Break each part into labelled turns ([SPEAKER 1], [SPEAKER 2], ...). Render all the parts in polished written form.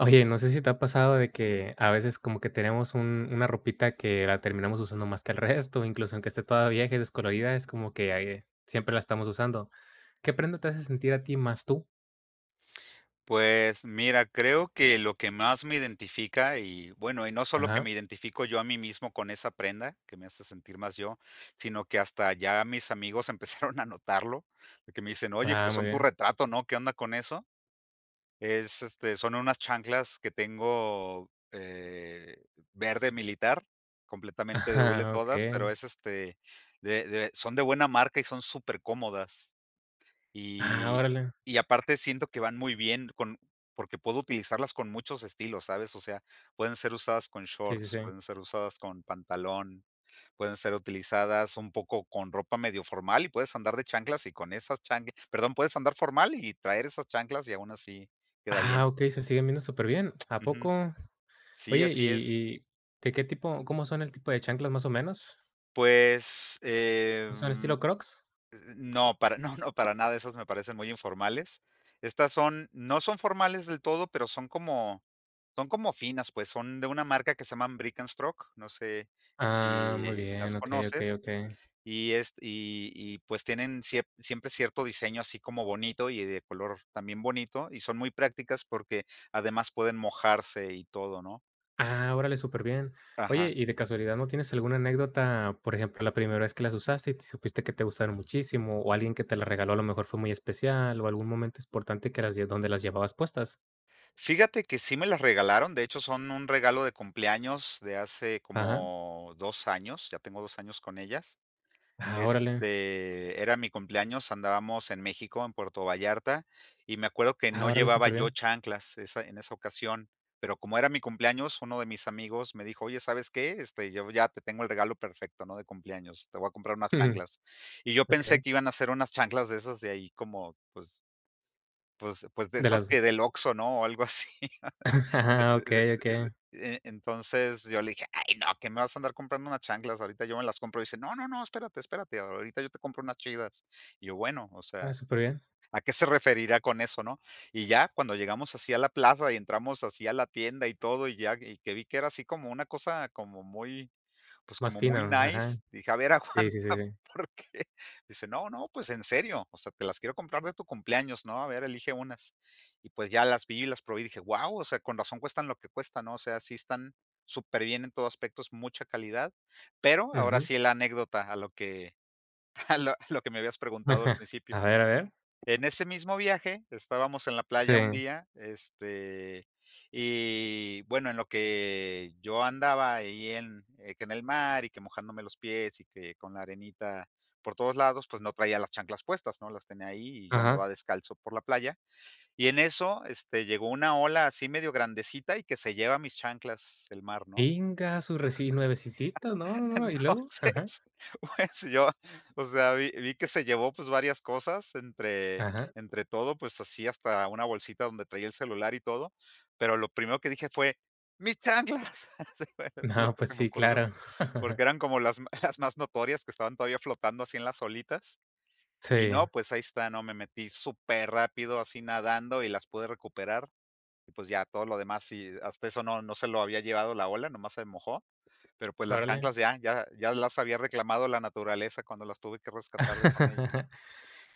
[SPEAKER 1] Oye, no sé si te ha pasado de que a veces como que tenemos un una ropita que la terminamos usando más que el resto, incluso aunque esté toda vieja y descolorida, es como que, siempre la estamos usando. ¿Qué prenda te hace sentir a ti más tú?
[SPEAKER 2] Pues mira, creo que lo que más me identifica y bueno, y no solo que
[SPEAKER 1] Ajá.
[SPEAKER 2] me identifico yo a mí mismo con esa prenda, que me hace sentir más yo, sino que hasta ya mis amigos empezaron a notarlo, de que me dicen, oye,
[SPEAKER 1] Ah,
[SPEAKER 2] pues
[SPEAKER 1] muy
[SPEAKER 2] son tu
[SPEAKER 1] bien.
[SPEAKER 2] retrato, ¿no? ¿Qué onda con eso? Son unas chanclas que tengo verde militar, completamente de hule
[SPEAKER 1] Ajá,
[SPEAKER 2] todas,
[SPEAKER 1] okey.
[SPEAKER 2] pero es este, de- son de buena marca y son súper cómodas.
[SPEAKER 1] Ah,
[SPEAKER 2] Y
[SPEAKER 1] órale.
[SPEAKER 2] y aparte siento que van muy bien con porque puedo utilizarlas con muchos estilos, ¿sabes? O sea, pueden ser usadas con
[SPEAKER 1] Sí, sí,
[SPEAKER 2] shorts,
[SPEAKER 1] sí.
[SPEAKER 2] pueden ser usadas con pantalón, pueden ser utilizadas un poco con ropa medio formal y puedes andar de chanclas y con esas chanclas, perdón, puedes andar formal y traer esas chanclas y aún así queda bien.
[SPEAKER 1] Ah, okey, se siguen viendo súper bien. ¿A
[SPEAKER 2] Ujú.
[SPEAKER 1] poco?
[SPEAKER 2] Sí,
[SPEAKER 1] Oye,
[SPEAKER 2] así es.
[SPEAKER 1] ¿y de qué tipo cómo son el tipo de chanclas más o menos?
[SPEAKER 2] Pues,
[SPEAKER 1] ¿Son estilo Crocs?
[SPEAKER 2] no, para no, no, para nada, esas me parecen muy informales. Estas son no son formales del todo, pero son como finas, pues, son de una marca que se llaman Brick& and Stroke, no sé
[SPEAKER 1] Ah, muy
[SPEAKER 2] si las
[SPEAKER 1] bien, okey, okey,
[SPEAKER 2] conoces,
[SPEAKER 1] okey.
[SPEAKER 2] pues, tienen siep siempre cierto diseño así como bonito y de color también bonito, y son muy prácticas porque además pueden mojarse y todo, ¿no?
[SPEAKER 1] Ah, órale, súper bien.
[SPEAKER 2] Ajá.
[SPEAKER 1] Oye, ¿y de casualidad no tienes alguna anécdota, por ejemplo, la primera vez que las usaste y te supiste que te gustaron muchísimo, o alguien que te las regaló a lo mejor fue muy especial, o algún momento importante que las lle donde las llevabas puestas?
[SPEAKER 2] Fíjate que sí me las regalaron, de hecho, son un regalo de cumpleaños de hace
[SPEAKER 1] Ajá.
[SPEAKER 2] como 2 años, ya tengo 2 años con ellas.
[SPEAKER 1] Ah, órale.
[SPEAKER 2] Era mi cumpleaños, andábamos en México, en Puerto Vallarta, y me acuerdo que
[SPEAKER 1] Ah,
[SPEAKER 2] no
[SPEAKER 1] órale,
[SPEAKER 2] llevaba
[SPEAKER 1] súper
[SPEAKER 2] yo chanclas esa en esa ocasión, pero como era mi cumpleaños, uno de mis amigos me dijo: "Oye, ¿sabes qué? Yo ya te tengo el regalo perfecto, ¿no? De cumpleaños, te voy a comprar unas
[SPEAKER 1] superbién.
[SPEAKER 2] chanclas". Y yo pensé
[SPEAKER 1] Okey.
[SPEAKER 2] que iban a ser unas chanclas de esas de ahí como, pues de
[SPEAKER 1] De
[SPEAKER 2] esas
[SPEAKER 1] las.
[SPEAKER 2] que del Oxxo, ¿no? O algo así.
[SPEAKER 1] Ajá, okey,
[SPEAKER 2] E
[SPEAKER 1] okey.
[SPEAKER 2] entonces, yo le dije: "Ay, no, ¿qué me vas a andar comprando unas chanclas? Ahorita yo me las compro". Y dice: "No, no, no, espérate, espérate, ahorita yo te compro unas chidas". Y yo: "Bueno, o
[SPEAKER 1] Ah,
[SPEAKER 2] sea,
[SPEAKER 1] súper bien.
[SPEAKER 2] ¿a qué se referirá con eso, no?". Y ya cuando llegamos así a la plaza y entramos así a la tienda y todo, y ya que vi que era así como una cosa como muy pues,
[SPEAKER 1] Más
[SPEAKER 2] como
[SPEAKER 1] fino,
[SPEAKER 2] muy
[SPEAKER 1] ajá.
[SPEAKER 2] nice, dije: "A ver,
[SPEAKER 1] Sí,
[SPEAKER 2] aguanta,
[SPEAKER 1] sí, sí, sí.
[SPEAKER 2] porque", dice: "No, no, pues en serio, o sea, te las quiero comprar de tu cumpleaños, ¿no? A ver, elige unas". Y pues ya las vi y las probé y dije: "Wow, o sea, con razón cuestan lo que cuestan", ¿no? O sea, sí están súper bien en todo aspectos mucha calidad. Pero ahora
[SPEAKER 1] Ujú.
[SPEAKER 2] sí la anécdota a lo que a lo que me habías preguntado al
[SPEAKER 1] A
[SPEAKER 2] principio.
[SPEAKER 1] ver, a ver.
[SPEAKER 2] En ese mismo viaje, estábamos en la
[SPEAKER 1] Sí,
[SPEAKER 2] playa un día, y bueno, en lo que yo andaba ahí que en el mar y que mojándome los pies y que con la arenita por todos lados, pues no traía las chanclas puestas, ¿no? Las tenía ahí y yo andaba
[SPEAKER 1] ajá.
[SPEAKER 2] descalzo por la playa. Y en eso, llegó una ola así medio grandecita y que se lleva mis chanclas el mar, ¿no?
[SPEAKER 1] Íngasu, reci nuevecito. No, no, no, ¿y luego? Ajá,
[SPEAKER 2] Entonces, pues yo, o sea, vi que se llevó pues varias cosas entre,
[SPEAKER 1] ajá.
[SPEAKER 2] entre todo, pues así hasta una bolsita donde traía el celular y todo, pero lo primero que dije fue, mis chanclas. Así fue lo
[SPEAKER 1] No,
[SPEAKER 2] que
[SPEAKER 1] pues
[SPEAKER 2] se me
[SPEAKER 1] sí,
[SPEAKER 2] ocurrió,
[SPEAKER 1] claro.
[SPEAKER 2] porque eran como las más notorias que estaban todavía flotando así en las olitas.
[SPEAKER 1] Sí,
[SPEAKER 2] Y no, pues ahí está, no, me metí súper rápido así nadando y las pude recuperar. Y pues ya todo lo demás, y hasta eso no, no se lo había llevado la ola, nomás se mojó, pero, pues, las
[SPEAKER 1] órale.
[SPEAKER 2] chanclas ya las había reclamado la naturaleza cuando las tuve que rescatar de con ella.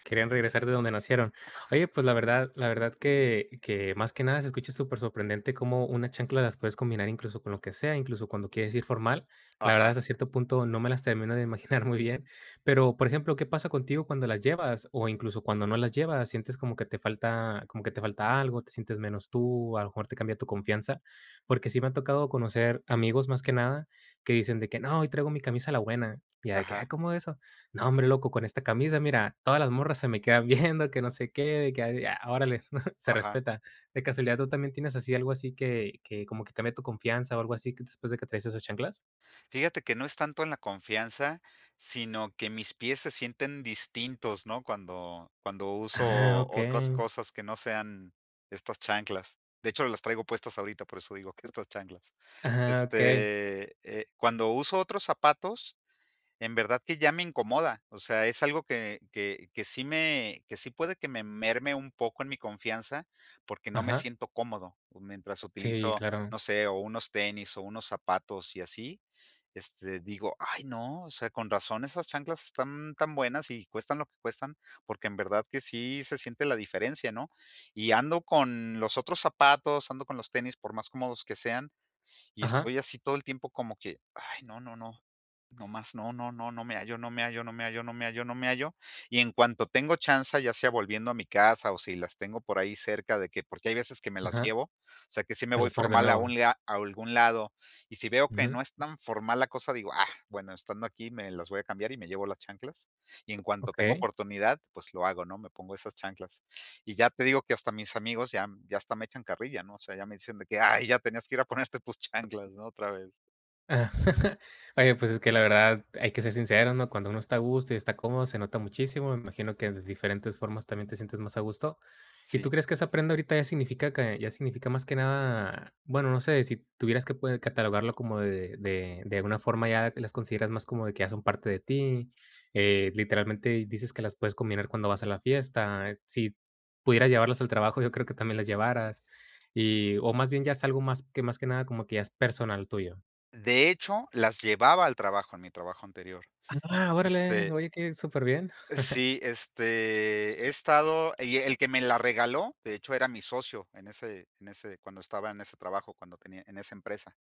[SPEAKER 1] Querían regresar de donde nacieron. Oye, pues la verdad que más que nada se escucha súper sorprendente cómo una chancla las puedes combinar incluso con lo que sea, incluso cuando quieres ir formal. La verdad,
[SPEAKER 2] Ajá,
[SPEAKER 1] hasta cierto punto no me las termino de imaginar muy bien. Pero, por ejemplo, ¿qué pasa contigo cuando las llevas? O incluso cuando no las llevas, sientes como que te falta, como que te falta algo, te sientes menos tú, a lo mejor te cambia tu confianza. Porque sí me ha tocado conocer amigos más que nada que dicen de que no, hoy traigo mi camisa la buena. Y ya de que, ah,
[SPEAKER 2] ajá,
[SPEAKER 1] ¿cómo eso? No, hombre, loco, con esta camisa, mira, todas las morras se me quedan viendo, que no sé qué, de que, ay, ah, ya, órale, se
[SPEAKER 2] ajá.
[SPEAKER 1] respeta. De casualidad, ¿tú también tienes así algo así que como que cambia tu confianza o algo así que después de que traes esas chanclas?
[SPEAKER 2] Fíjate que no es tanto en la confianza, sino que mis pies se sienten distintos, ¿no? Cuando
[SPEAKER 1] Ah,
[SPEAKER 2] uso otras
[SPEAKER 1] okey.
[SPEAKER 2] cosas que no sean estas chanclas. De hecho, las traigo puestas ahorita, por eso digo que estas chanclas.
[SPEAKER 1] Ajá, okey.
[SPEAKER 2] Cuando uso otros zapatos en verdad que ya me incomoda. O sea, es algo que sí me que sí puede que me merme un poco en mi confianza, porque no me
[SPEAKER 1] Ajá.
[SPEAKER 2] siento cómodo mientras
[SPEAKER 1] Sí,
[SPEAKER 2] utilizo,
[SPEAKER 1] claro.
[SPEAKER 2] no sé, o unos tenis o unos zapatos y así, digo: "Ay, no, o sea, con razón esas chanclas están tan buenas y cuestan lo que cuestan", porque en verdad que sí se siente la diferencia, ¿no? Y ando con los otros zapatos, ando con los tenis, por más cómodos que sean, y
[SPEAKER 1] Ajá,
[SPEAKER 2] estoy así todo el tiempo como que: "Ay, no, no, no, no más no, no, no, no me hallo, no me hallo, no me hallo, no me hallo, no me hallo". Y en cuanto tengo chance ya sea volviendo a mi casa o si las tengo por ahí cerca de que, porque hay veces que me las
[SPEAKER 1] ajá.
[SPEAKER 2] llevo, o sea, que sí me
[SPEAKER 1] Te
[SPEAKER 2] voy
[SPEAKER 1] las pones de
[SPEAKER 2] formal a
[SPEAKER 1] nuevo.
[SPEAKER 2] un lea a algún lado, y si veo que
[SPEAKER 1] Ujú.
[SPEAKER 2] no es tan formal la cosa, digo: "Ah, bueno, estando aquí me las voy a cambiar y me llevo las chanclas". Y en cuanto tengo
[SPEAKER 1] Okey.
[SPEAKER 2] oportunidad, pues lo hago, ¿no? Me pongo esas chanclas. Y ya te digo que hasta mis amigos ya hasta me echan carrilla, ¿no? O sea, ya me dicen de que: "Ay, ya tenías que ir a ponerte tus chanclas, ¿no? Otra vez".
[SPEAKER 1] Ah. Oye, pues es que la verdad hay que ser sincero, ¿no? Cuando uno está a gusto y está cómodo, se nota muchísimo. Me imagino que de diferentes formas también te sientes más a gusto. ¿Y
[SPEAKER 2] Sí.
[SPEAKER 1] tú crees que esa prenda ahorita ya significa que ya significa más que nada, bueno, no sé, si tuvieras que pues, catalogarlo como de alguna forma ya las consideras más como de que ya son parte de ti? Literalmente dices que las puedes combinar cuando vas a la fiesta. Si pudieras llevarlas al trabajo, yo creo que también las llevaras. Y, o más bien ya es algo más que nada como que ya es personal tuyo.
[SPEAKER 2] De hecho, las llevaba al trabajo, en mi trabajo anterior.
[SPEAKER 1] Ah, órale,
[SPEAKER 2] Este,
[SPEAKER 1] oye, que súper bien.
[SPEAKER 2] sí, he estado, y el que me la regaló, de hecho, era mi socio en ese cuando estaba en ese trabajo, cuando tenía en esa empresa.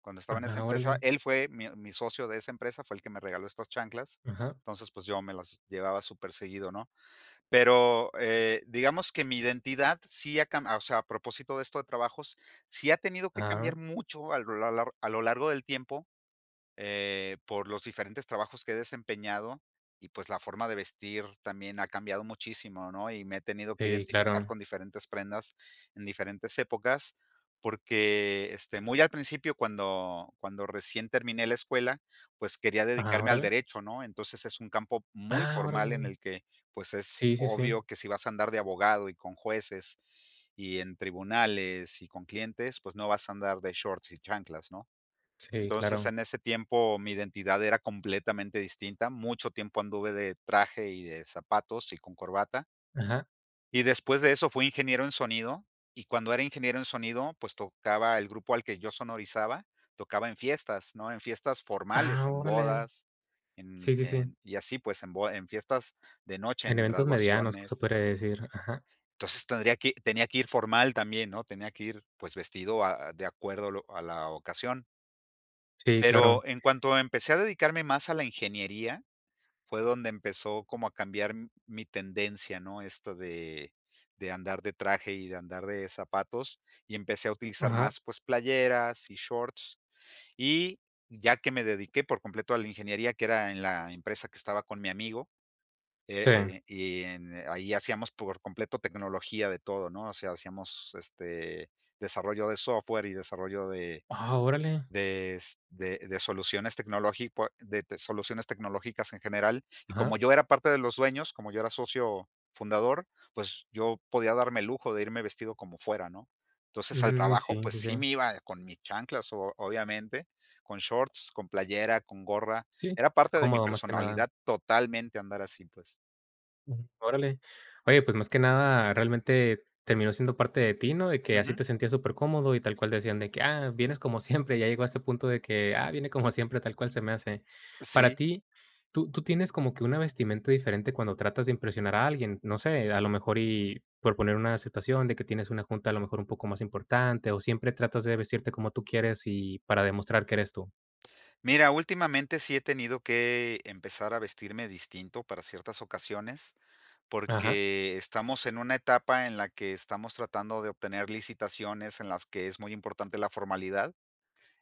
[SPEAKER 2] Cuando estaba en esa
[SPEAKER 1] Ajá,
[SPEAKER 2] empresa,
[SPEAKER 1] órale.
[SPEAKER 2] él fue mi socio de esa empresa, fue el que me regaló estas chanclas.
[SPEAKER 1] Ajá.
[SPEAKER 2] Entonces, pues, yo me las llevaba súper seguido, ¿no? Pero, digamos que mi identidad sí ha cambiado, o sea, a propósito de esto de trabajos, sí ha tenido que
[SPEAKER 1] Ah,
[SPEAKER 2] cambiar mucho a lo largo del tiempo, por los diferentes trabajos que he desempeñado, y pues la forma de vestir también ha cambiado muchísimo, ¿no? Y me he tenido que
[SPEAKER 1] sí,
[SPEAKER 2] identificar
[SPEAKER 1] claro.
[SPEAKER 2] con diferentes prendas en diferentes épocas, porque muy al principio, cuando recién terminé la escuela, pues quería
[SPEAKER 1] Ajá,
[SPEAKER 2] dedicarme al
[SPEAKER 1] órale.
[SPEAKER 2] derecho, ¿no? Entonces es un campo muy
[SPEAKER 1] Ah,
[SPEAKER 2] formal en
[SPEAKER 1] órale.
[SPEAKER 2] el que pues es
[SPEAKER 1] Sí, sí, sí.
[SPEAKER 2] obvio que si vas a andar de abogado y con jueces y en tribunales y con clientes, pues no vas a andar de shorts y chanclas, ¿no?
[SPEAKER 1] Sí,
[SPEAKER 2] Entonces,
[SPEAKER 1] claro.
[SPEAKER 2] en ese tiempo mi identidad era completamente distinta. Mucho tiempo anduve de traje y de zapatos y con corbata.
[SPEAKER 1] Ajá.
[SPEAKER 2] Y después de eso fui ingeniero en sonido, y cuando era ingeniero en sonido, pues tocaba el grupo al que yo sonorizaba, tocaba en fiestas, ¿no? En fiestas formales,
[SPEAKER 1] Ah,
[SPEAKER 2] en
[SPEAKER 1] órale.
[SPEAKER 2] bodas,
[SPEAKER 1] Sí, sí, sí.
[SPEAKER 2] y así pues en fiestas de noche,
[SPEAKER 1] En
[SPEAKER 2] en
[SPEAKER 1] eventos medianos, pues, se
[SPEAKER 2] graduaciones.
[SPEAKER 1] podría decir. Ajá.
[SPEAKER 2] Entonces tenía que ir formal también, ¿no? Tenía que ir pues vestido de acuerdo a la ocasión.
[SPEAKER 1] Sí, claro.
[SPEAKER 2] Pero en cuanto empecé a dedicarme más a la ingeniería, fue donde empezó como a cambiar m mi tendencia, ¿no? Esto de andar de traje y de andar de zapatos, y empecé a utilizar
[SPEAKER 1] Ajá.
[SPEAKER 2] más, pues, playeras y shorts. Y ya que me dediqué por completo a la ingeniería, que era en la empresa que estaba con mi amigo,
[SPEAKER 1] Sí.
[SPEAKER 2] y en ahí hacíamos por completo tecnología de todo, ¿no? O sea, hacíamos, desarrollo de software y desarrollo
[SPEAKER 1] Ah, órale.
[SPEAKER 2] de, s de soluciones tecnológico de te soluciones tecnológicas en general, y como
[SPEAKER 1] Ajá.
[SPEAKER 2] yo era parte de los dueños, como yo era socio fundador, pues, yo podía darme el lujo de irme vestido como fuera, ¿no? Entonces, al
[SPEAKER 1] Mm,
[SPEAKER 2] trabajo,
[SPEAKER 1] sí,
[SPEAKER 2] pues,
[SPEAKER 1] sí, sí.
[SPEAKER 2] sí me iba con mis chanclas, o obviamente, con shorts, con playera, con gorra.
[SPEAKER 1] Sí.
[SPEAKER 2] Era parte de mi
[SPEAKER 1] Cómodo más que
[SPEAKER 2] personalidad
[SPEAKER 1] nada.
[SPEAKER 2] totalmente andar así, pues.
[SPEAKER 1] Ujú, órale. Oye, pues, más que nada, realmente terminó siendo parte de ti, ¿no? De que así
[SPEAKER 2] Ujú.
[SPEAKER 1] te sentías súper cómodo y tal cual decían de que: "Ah, vienes como siempre", ya llegó a este punto de que: "Ah, viene como siempre, tal cual se me hace". Para
[SPEAKER 2] Sí.
[SPEAKER 1] ti, ¿tú tienes como que una vestimenta diferente cuando tratas de impresionar a alguien? No sé, a lo mejor y por poner una situación de que tienes una junta a lo mejor un poco más importante, o siempre tratas de vestirte como tú quieres y para demostrar que eres tú.
[SPEAKER 2] Mira, últimamente sí he tenido que empezar a vestirme distinto para ciertas ocasiones,
[SPEAKER 1] Ajá.
[SPEAKER 2] porque estamos en una etapa en la que estamos tratando de obtener licitaciones en las que es muy importante la formalidad.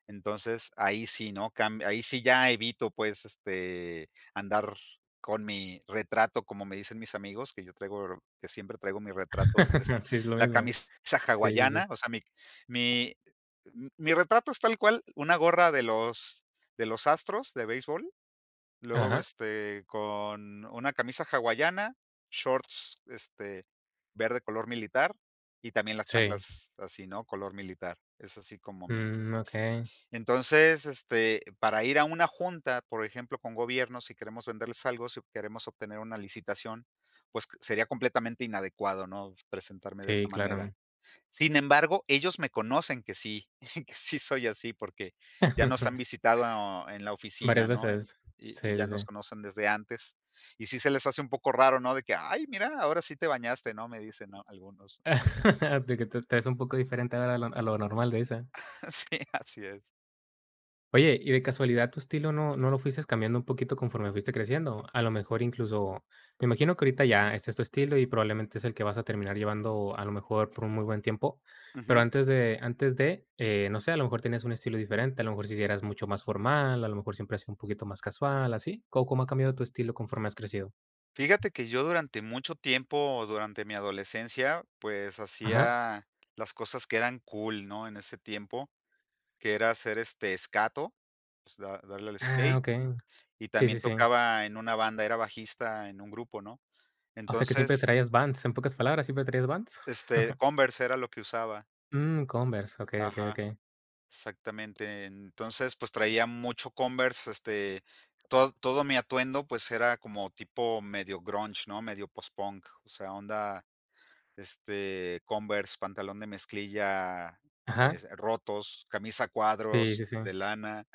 [SPEAKER 2] Entonces, ahí sí, ¿no? Ahí sí ya evito, pues, andar con mi retrato, como me dicen mis amigos, que yo traigo, que siempre traigo mi retrato, de que es
[SPEAKER 1] Sí, es lo
[SPEAKER 2] la
[SPEAKER 1] mismo.
[SPEAKER 2] camisa
[SPEAKER 1] Sí, sí, sí.
[SPEAKER 2] hawaiana, o sea, mi, mi retrato es tal cual una gorra de los astros de béisbol. Luego,
[SPEAKER 1] Ajá.
[SPEAKER 2] con una camisa hawaiana, shorts, verde color militar, y también las
[SPEAKER 1] Sí.
[SPEAKER 2] chanclas así, ¿no? Color militar. Es así como mi
[SPEAKER 1] Mm, okey.
[SPEAKER 2] para ir a una junta, por ejemplo, con gobierno, si queremos venderles algo, si queremos obtener una licitación, pues, sería completamente inadecuado, ¿no? Presentarme de esa
[SPEAKER 1] Sí,
[SPEAKER 2] manera.
[SPEAKER 1] claro.
[SPEAKER 2] Sin embargo, ellos me conocen que sí, que sí soy así, porque ya nos han visitado en la
[SPEAKER 1] Varias
[SPEAKER 2] oficina, ¿no? En
[SPEAKER 1] veces.
[SPEAKER 2] y
[SPEAKER 1] Sí,
[SPEAKER 2] y
[SPEAKER 1] sí,
[SPEAKER 2] ya nos
[SPEAKER 1] sí.
[SPEAKER 2] conocen desde antes. Y sí se les hace un poco raro, ¿no? De que: "Ay, mira, ahora sí te bañaste", ¿no? Me dicen, ¿no? Algunos.
[SPEAKER 1] De que te ves un poco diferente ahora a lo normal, dice.
[SPEAKER 2] Sí, así es.
[SPEAKER 1] Oye, y de casualidad, ¿tu estilo no lo fuiste cambiando un poquito conforme fuiste creciendo? A lo mejor incluso me imagino que ahorita ya este es tu estilo y probablemente es el que vas a terminar llevando a lo mejor por un muy buen tiempo, pero
[SPEAKER 2] Ujú.
[SPEAKER 1] antes de, no sé, a lo mejor tenías un estilo diferente, a lo mejor si eras mucho más formal, a lo mejor siempre has sido un poquito más casual, así. ¿Cómo ha cambiado tu estilo conforme has crecido?
[SPEAKER 2] Fíjate que yo durante mucho tiempo, durante mi adolescencia, pues,
[SPEAKER 1] Ajá.
[SPEAKER 2] hacía las cosas que eran cool, ¿no? En ese tiempo, que era hacer, este, escato, pues, da darle al
[SPEAKER 1] Ah,
[SPEAKER 2] skate.
[SPEAKER 1] okey.
[SPEAKER 2] Y
[SPEAKER 1] Sí, sí,
[SPEAKER 2] también
[SPEAKER 1] sí.
[SPEAKER 2] tocaba en una banda, era bajista en un grupo, ¿no?
[SPEAKER 1] O sea, que siempre
[SPEAKER 2] Entonces,
[SPEAKER 1] traías Vans, en pocas palabras, ¿siempre traías Vans?
[SPEAKER 2] este, Converse era lo que usaba.
[SPEAKER 1] Mm, Converse, okey, okey,
[SPEAKER 2] Ajá,
[SPEAKER 1] okey.
[SPEAKER 2] exactamente. Entonces, pues, traía mucho Converse, este, todo mi atuendo, pues, era como tipo medio grunge, ¿no? Medio post-punk, o sea, onda, este, Converse, pantalón de mezclilla,
[SPEAKER 1] Ajá.
[SPEAKER 2] rotos, camisa
[SPEAKER 1] Sí,
[SPEAKER 2] cuadros
[SPEAKER 1] sí, sí.
[SPEAKER 2] de lana,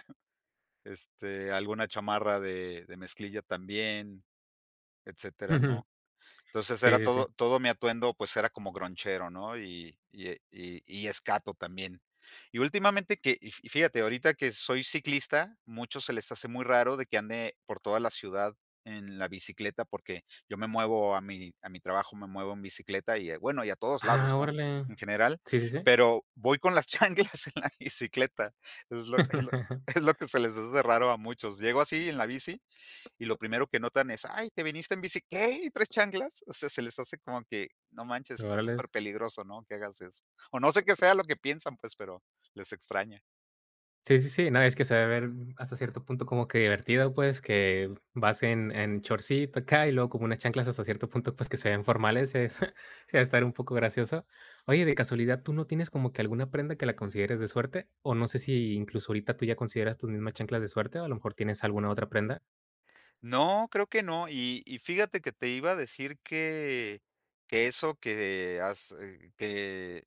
[SPEAKER 2] este, alguna chamarra de mezclilla también, etcétera,
[SPEAKER 1] Ujú.
[SPEAKER 2] ¿no? Entonces
[SPEAKER 1] Sí,
[SPEAKER 2] era
[SPEAKER 1] sí,
[SPEAKER 2] todo
[SPEAKER 1] sí.
[SPEAKER 2] todo mi atuendo, pues, era como gronchero, ¿no? Y, y escato también. Y últimamente que y fíjate, ahorita que soy ciclista, muchos se les hace muy raro de que ande por toda la ciudad en la bicicleta, porque yo me muevo a mi trabajo, me muevo en bicicleta y, bueno, y a todos lados,
[SPEAKER 1] Ah,
[SPEAKER 2] ¿no?
[SPEAKER 1] órale.
[SPEAKER 2] En general,
[SPEAKER 1] Sí, sí, sí.
[SPEAKER 2] pero voy con las chanclas en la bicicleta. Es lo es lo que se les hace raro a muchos. Llego así en la bici y lo primero que notan es: "Ay, te viniste en bici, ¿qué? ¿Y tres chanclas?". O sea, se les hace como que, no manches, está
[SPEAKER 1] Órale.
[SPEAKER 2] súper peligroso, ¿no? Que hagas eso. O no sé qué sea lo que piensan, pues, pero les extraña.
[SPEAKER 1] Sí, sí, sí. No, es que se debe ver hasta cierto punto como que divertido, pues, que vas en shortcito acá y luego como unas chanclas hasta cierto punto, pues, que se ven formales, es sí va a estar un poco gracioso. Oye, de casualidad, ¿tú no tienes como que alguna prenda que la consideres de suerte? O no sé si incluso ahorita tú ya consideras tus mismas chanclas de suerte, o a lo mejor tienes alguna otra prenda.
[SPEAKER 2] No, creo que no. Y fíjate que te iba a decir que eso que has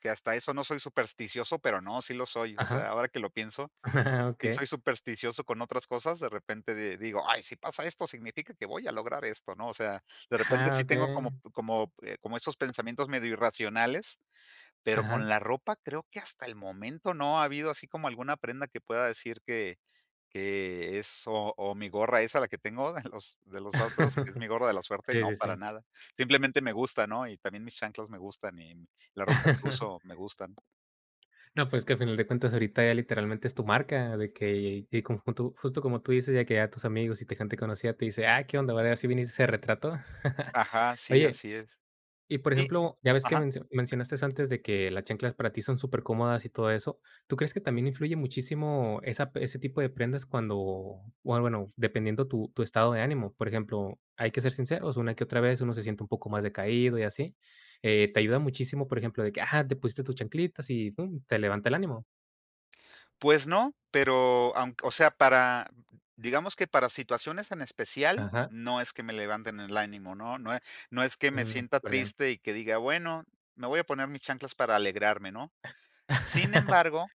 [SPEAKER 2] que hasta eso no soy supersticioso, pero no, sí lo soy. O
[SPEAKER 1] Ajá.
[SPEAKER 2] sea, ahora que lo pienso, si
[SPEAKER 1] Okey.
[SPEAKER 2] soy supersticioso con otras cosas, de repente di digo: "Ay, si pasa esto, significa que voy a lograr esto", ¿no? O sea, de repente
[SPEAKER 1] Ah,
[SPEAKER 2] sí tengo como
[SPEAKER 1] okey.
[SPEAKER 2] como esos pensamientos medio irracionales, pero con
[SPEAKER 1] Ajá.
[SPEAKER 2] la ropa creo que hasta el momento no ha habido así como alguna prenda que pueda decir que es o mi gorra esa, la que tengo de los astros, que es mi gorra de la suerte,
[SPEAKER 1] Sí,
[SPEAKER 2] no,
[SPEAKER 1] sí,
[SPEAKER 2] para
[SPEAKER 1] sí.
[SPEAKER 2] nada. Simplemente me gusta, ¿no? Y también mis chanclas me gustan y la ropa que uso me gustan.
[SPEAKER 1] No, pues, que a final de cuentas ahorita ya literalmente es tu marca, de que y con junto justo como tú dices, ya que ya tus amigos y te gente conocida te dice: "Ah, ¿qué onda? Ahora sí viniste ese retrato".
[SPEAKER 2] Ajá, sí,
[SPEAKER 1] Oye.
[SPEAKER 2] así es.
[SPEAKER 1] Y, por
[SPEAKER 2] Y
[SPEAKER 1] ejemplo, ya ves que
[SPEAKER 2] ajá.
[SPEAKER 1] mencionaste antes de que las chanclas para ti son súper cómodas y todo eso, ¿tú crees que también influye muchísimo esa ese tipo de prendas cuando, bueno bueno, dependiendo tu estado de ánimo? Por ejemplo, hay que ser sinceros, una que otra vez uno se siente un poco más decaído y así, ¿te ayuda muchísimo, por ejemplo, de que, ah, te pusiste tus chanclitas y pum, te levanta el ánimo?
[SPEAKER 2] Pues no, pero aunque o sea, para digamos que para situaciones en especial,
[SPEAKER 1] Ajá,
[SPEAKER 2] no es que me levanten el ánimo, ¿no? No es que me
[SPEAKER 1] mm,
[SPEAKER 2] sienta
[SPEAKER 1] súper bien.
[SPEAKER 2] triste y que diga: "Bueno, me voy a poner mis chanclas para alegrarme", ¿no? Sin embargo,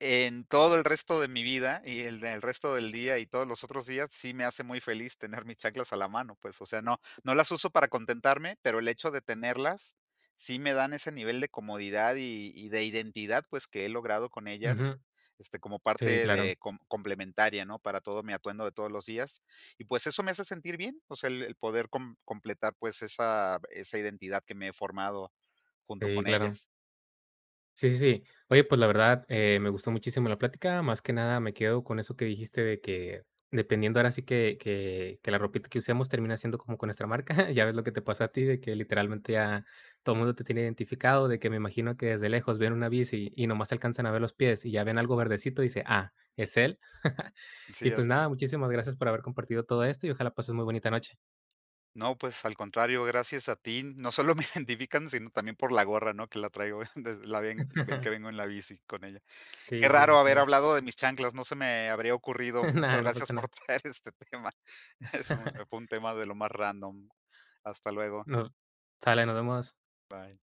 [SPEAKER 2] en todo el resto de mi vida y el del resto del día y todos los otros días, sí me hace muy feliz tener mis chaclas a la mano, pues, o sea, no no las uso para contentarme, pero el hecho de tenerlas sí me dan ese nivel de comodidad y de identidad, pues, que he logrado con ellas,
[SPEAKER 1] Ujú.
[SPEAKER 2] este, como
[SPEAKER 1] Sí,
[SPEAKER 2] parte
[SPEAKER 1] claro,
[SPEAKER 2] de complementaria, ¿no? Para todo mi atuendo de todos los días. Y, pues, eso me hace sentir bien, o sea, el poder completar, pues, esa esa identidad que me he formado junto
[SPEAKER 1] sí,
[SPEAKER 2] con
[SPEAKER 1] claro.
[SPEAKER 2] ellas.
[SPEAKER 1] Sí, sí, sí. Oye, pues la verdad, me gustó muchísimo la plática. Más que nada me quedo con eso que dijiste de que dependiendo ahora sí que la ropita que usemos termina siendo como con nuestra marca. Ya ves lo que te pasó a ti, de que literalmente ya todo el mundo te tiene identificado, de que me imagino que desde lejos ven una bici y nomás alcanzan a ver los pies y ya ven algo verdecito y dice, ah, es él.
[SPEAKER 2] Sí,
[SPEAKER 1] Y pues nada,
[SPEAKER 2] así
[SPEAKER 1] muchísimas gracias por haber compartido todo esto y ojalá pases muy bonita noche.
[SPEAKER 2] No, pues al contrario, gracias a ti. No solo me identifican, sino también por la gorra, ¿no? Que la traigo, desde- la ven, ven que vengo en la bici con ella. Qué
[SPEAKER 1] Sí, sí,
[SPEAKER 2] raro
[SPEAKER 1] sí,
[SPEAKER 2] haber
[SPEAKER 1] claro.
[SPEAKER 2] hablado de mis chanclas, no se me habría ocurrido. Muchas
[SPEAKER 1] Nada, no
[SPEAKER 2] gracias
[SPEAKER 1] pasa
[SPEAKER 2] por
[SPEAKER 1] nada.
[SPEAKER 2] traer este tema. Es un, fue un tema de lo más random. Hasta luego.
[SPEAKER 1] No, sale, nos vemos.
[SPEAKER 2] Bye.